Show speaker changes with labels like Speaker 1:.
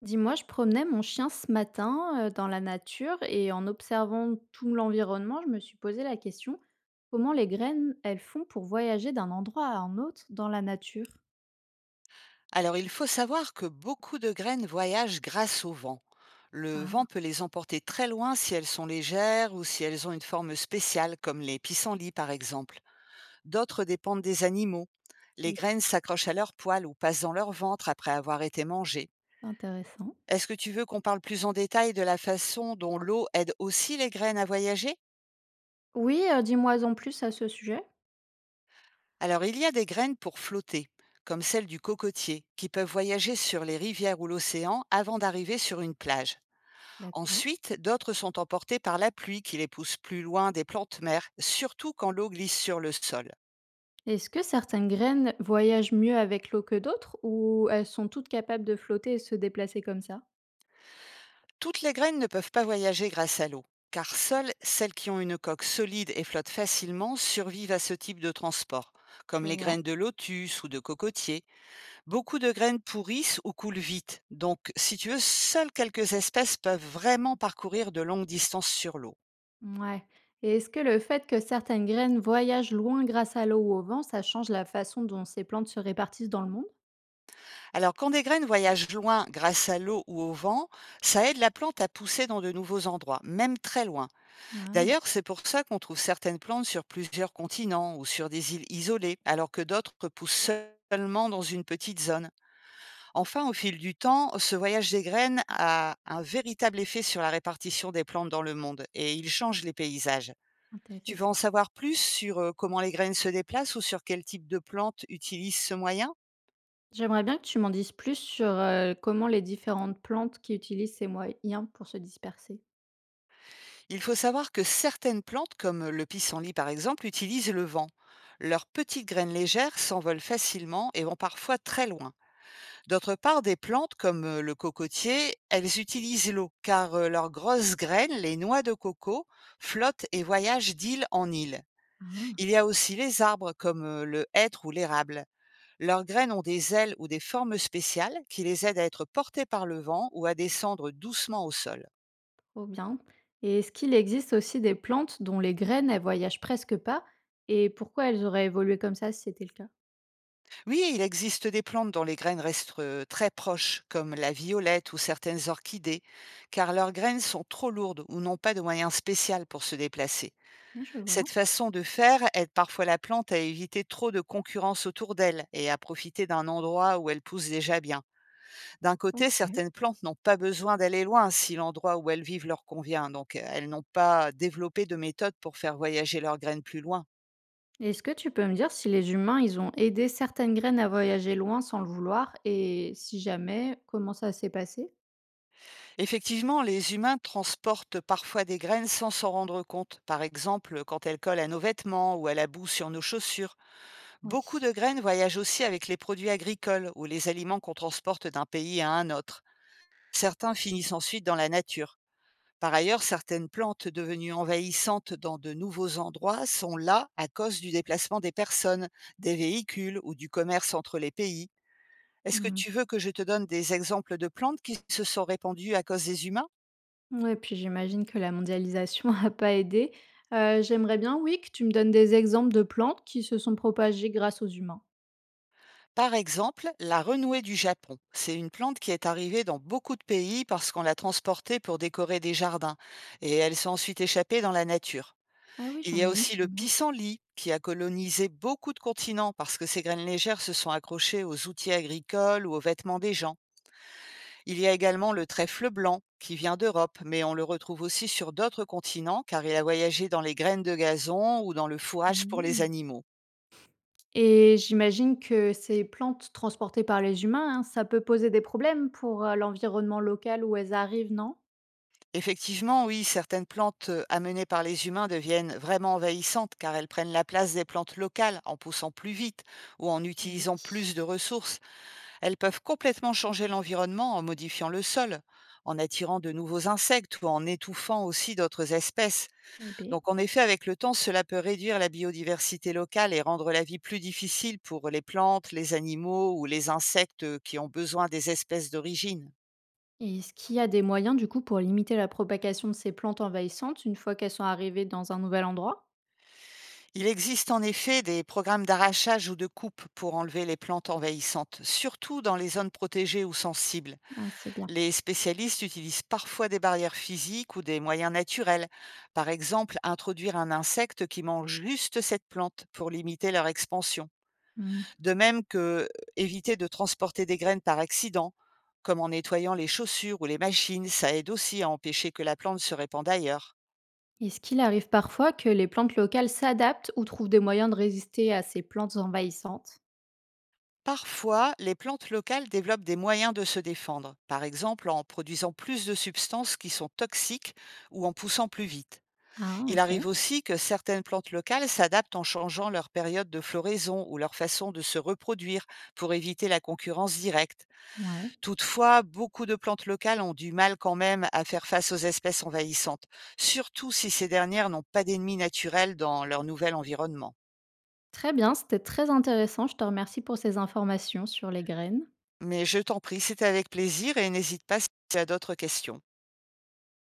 Speaker 1: Dis-moi, je promenais mon chien ce matin dans la nature et en observant tout l'environnement, je me suis posé la question, comment les graines, elles font pour voyager d'un endroit à un autre dans la nature?
Speaker 2: Alors, il faut savoir que beaucoup de graines voyagent grâce au vent. Le vent
Speaker 1: Ah
Speaker 2: peut les emporter très loin si elles sont légères ou si elles ont une forme spéciale, comme les pissenlits par exemple. D'autres dépendent des animaux. Les
Speaker 1: oui,
Speaker 2: graines s'accrochent à leurs poils ou passent dans leur ventre après avoir été mangées.
Speaker 1: intéressant.
Speaker 2: Est-ce que tu veux qu'on parle plus en détail de la façon dont l'eau aide aussi les graines à voyager?
Speaker 1: Oui, dis-moi en plus à ce sujet.
Speaker 2: Alors, il y a des graines pour flotter, comme celle du cocotier, qui peuvent voyager sur les rivières ou l'océan avant d'arriver sur une plage.
Speaker 1: D'accord.
Speaker 2: Ensuite, d'autres sont emportés par la pluie qui les pousse plus loin des plantes mères, surtout quand l'eau glisse sur le sol.
Speaker 1: Est-ce que certaines graines voyagent mieux avec l'eau que d'autres ou elles sont toutes capables de flotter et se déplacer comme ça?
Speaker 2: Toutes les graines ne peuvent pas voyager grâce à l'eau, car seules celles qui ont une coque solide et flottent facilement survivent à ce type de transport,
Speaker 1: Je
Speaker 2: comme les
Speaker 1: vois.
Speaker 2: graines de lotus ou de cocotier. Beaucoup de graines pourrissent ou coulent vite, donc si tu veux, seules quelques espèces peuvent vraiment parcourir de longues distances sur l'eau.
Speaker 1: Ouais. Et est-ce que le fait que certaines graines voyagent loin grâce à l'eau ou au vent, ça change la façon dont ces plantes se répartissent dans le monde?
Speaker 2: Alors, quand des graines voyagent loin grâce à l'eau ou au vent, ça aide la plante à pousser dans de nouveaux endroits, même très loin.
Speaker 1: Ah,
Speaker 2: D'ailleurs, c'est pour ça qu'on trouve certaines plantes sur plusieurs continents ou sur des îles isolées, alors que d'autres poussent seulement dans une petite zone. Enfin, au fil du temps, ce voyage des graines a un véritable effet sur la répartition des plantes dans le monde et il change les paysages. Tu veux en
Speaker 1: intéressant.
Speaker 2: savoir plus sur comment les graines se déplacent ou sur quel type de plante utilise ce moyen?
Speaker 1: J'aimerais bien que tu m'en dises plus sur, comment les différentes plantes qui utilisent ces moyens pour se disperser.
Speaker 2: Il faut savoir que certaines plantes, comme le pissenlit par exemple, utilisent le vent. Leurs petites graines légères s'envolent facilement et vont parfois très loin. D'autre part, des plantes comme le cocotier, elles utilisent l'eau, car leurs grosses graines, les noix de coco, flottent et voyagent d'île en île.
Speaker 1: Ah,
Speaker 2: Il y a aussi les arbres comme le hêtre ou l'érable. Leurs graines ont des ailes ou des formes spéciales qui les aident à être portées par le vent ou à descendre doucement au sol.
Speaker 1: trop bien. Et est-ce qu'il existe aussi des plantes dont les graines, elles voyagent presque pas, et pourquoi elles auraient évolué comme ça si c'était le cas?
Speaker 2: Oui, il existe des plantes dont les graines restent très proches, comme la violette ou certaines orchidées, car leurs graines sont trop lourdes ou n'ont pas de moyens spécial pour se déplacer.
Speaker 1: Ah, je
Speaker 2: Cette
Speaker 1: vois.
Speaker 2: façon de faire aide parfois la plante à éviter trop de concurrence autour d'elle et à profiter d'un endroit où elle pousse déjà bien. D'un côté,
Speaker 1: OK.
Speaker 2: certaines plantes n'ont pas besoin d'aller loin si l'endroit où elles vivent leur convient, donc elles n'ont pas développé de méthode pour faire voyager leurs graines plus loin.
Speaker 1: Est-ce que tu peux me dire si les humains, ils ont aidé certaines graines à voyager loin sans le vouloir, et si jamais, comment ça s'est passé?
Speaker 2: Effectivement, les humains transportent parfois des graines sans s'en rendre compte, par exemple quand elles collent à nos vêtements ou à la boue sur nos chaussures. Beaucoup
Speaker 1: Oui.
Speaker 2: de graines voyagent aussi avec les produits agricoles ou les aliments qu'on transporte d'un pays à un autre. Certains finissent ensuite dans la nature. Par ailleurs, certaines plantes devenues envahissantes dans de nouveaux endroits sont là à cause du déplacement des personnes, des véhicules ou du commerce entre les pays. Est-ce que
Speaker 1: Mmh.
Speaker 2: tu veux que je te donne des exemples de plantes qui se sont répandues à cause des humains?
Speaker 1: Ouais, puis j'imagine que la mondialisation a pas aidé. J'aimerais bien, oui, que tu me donnes des exemples de plantes qui se sont propagées grâce aux humains.
Speaker 2: Par exemple, la renouée du Japon. C'est une plante qui est arrivée dans beaucoup de pays parce qu'on l'a transportée pour décorer des jardins et elle s'est ensuite échappée dans la nature.
Speaker 1: Ah oui,
Speaker 2: Il y
Speaker 1: j'en
Speaker 2: a
Speaker 1: ai une
Speaker 2: aussi
Speaker 1: chez
Speaker 2: le
Speaker 1: moi.
Speaker 2: pissenlit qui a colonisé beaucoup de continents parce que ses graines légères se sont accrochées aux outils agricoles ou aux vêtements des gens. Il y a également le trèfle blanc qui vient d'Europe, mais on le retrouve aussi sur d'autres continents car il a voyagé dans les graines de gazon ou dans le fourrage pour
Speaker 1: Mmh.
Speaker 2: les animaux.
Speaker 1: Et j'imagine que ces plantes transportées par les humains, hein, ça peut poser des problèmes pour, l'environnement local où elles arrivent, non?
Speaker 2: Effectivement, oui, certaines plantes amenées par les humains deviennent vraiment envahissantes car elles prennent la place des plantes locales en poussant plus vite ou en
Speaker 1: Oui.
Speaker 2: utilisant plus de ressources. Elles peuvent complètement changer l'environnement en modifiant le sol, en attirant de nouveaux insectes ou en étouffant aussi d'autres espèces.
Speaker 1: Eh beh.
Speaker 2: Donc en effet, avec le temps, cela peut réduire la biodiversité locale et rendre la vie plus difficile pour les plantes, les animaux ou les insectes qui ont besoin des espèces d'origine.
Speaker 1: Et est-ce qu'il y a des moyens du coup pour limiter la propagation de ces plantes envahissantes une fois qu'elles sont arrivées dans un nouvel endroit?
Speaker 2: Il existe en effet des programmes d'arrachage ou de coupe pour enlever les plantes envahissantes, surtout dans les zones protégées ou sensibles.
Speaker 1: Ah, c'est bien.
Speaker 2: Les spécialistes utilisent parfois des barrières physiques ou des moyens naturels, par exemple introduire un insecte qui mange juste cette plante pour limiter leur expansion.
Speaker 1: Hmm.
Speaker 2: De même que éviter de transporter des graines par accident, comme en nettoyant les chaussures ou les machines, ça aide aussi à empêcher que la plante se répande ailleurs.
Speaker 1: Est-ce qu'il arrive parfois que les plantes locales s'adaptent ou trouvent des moyens de résister à ces plantes envahissantes?
Speaker 2: Parfois, les plantes locales développent des moyens de se défendre, par exemple en produisant plus de substances qui sont toxiques ou en poussant plus vite.
Speaker 1: Ah,
Speaker 2: Il
Speaker 1: ok.
Speaker 2: arrive aussi que certaines plantes locales s'adaptent en changeant leur période de floraison ou leur façon de se reproduire pour éviter la concurrence directe.
Speaker 1: Ouais.
Speaker 2: Toutefois, beaucoup de plantes locales ont du mal quand même à faire face aux espèces envahissantes, surtout si ces dernières n'ont pas d'ennemis naturels dans leur nouvel environnement.
Speaker 1: Très bien, c'était très intéressant. Je te remercie pour ces informations sur les graines.
Speaker 2: Mais je t'en prie, c'est avec plaisir et n'hésite pas si tu as d'autres questions.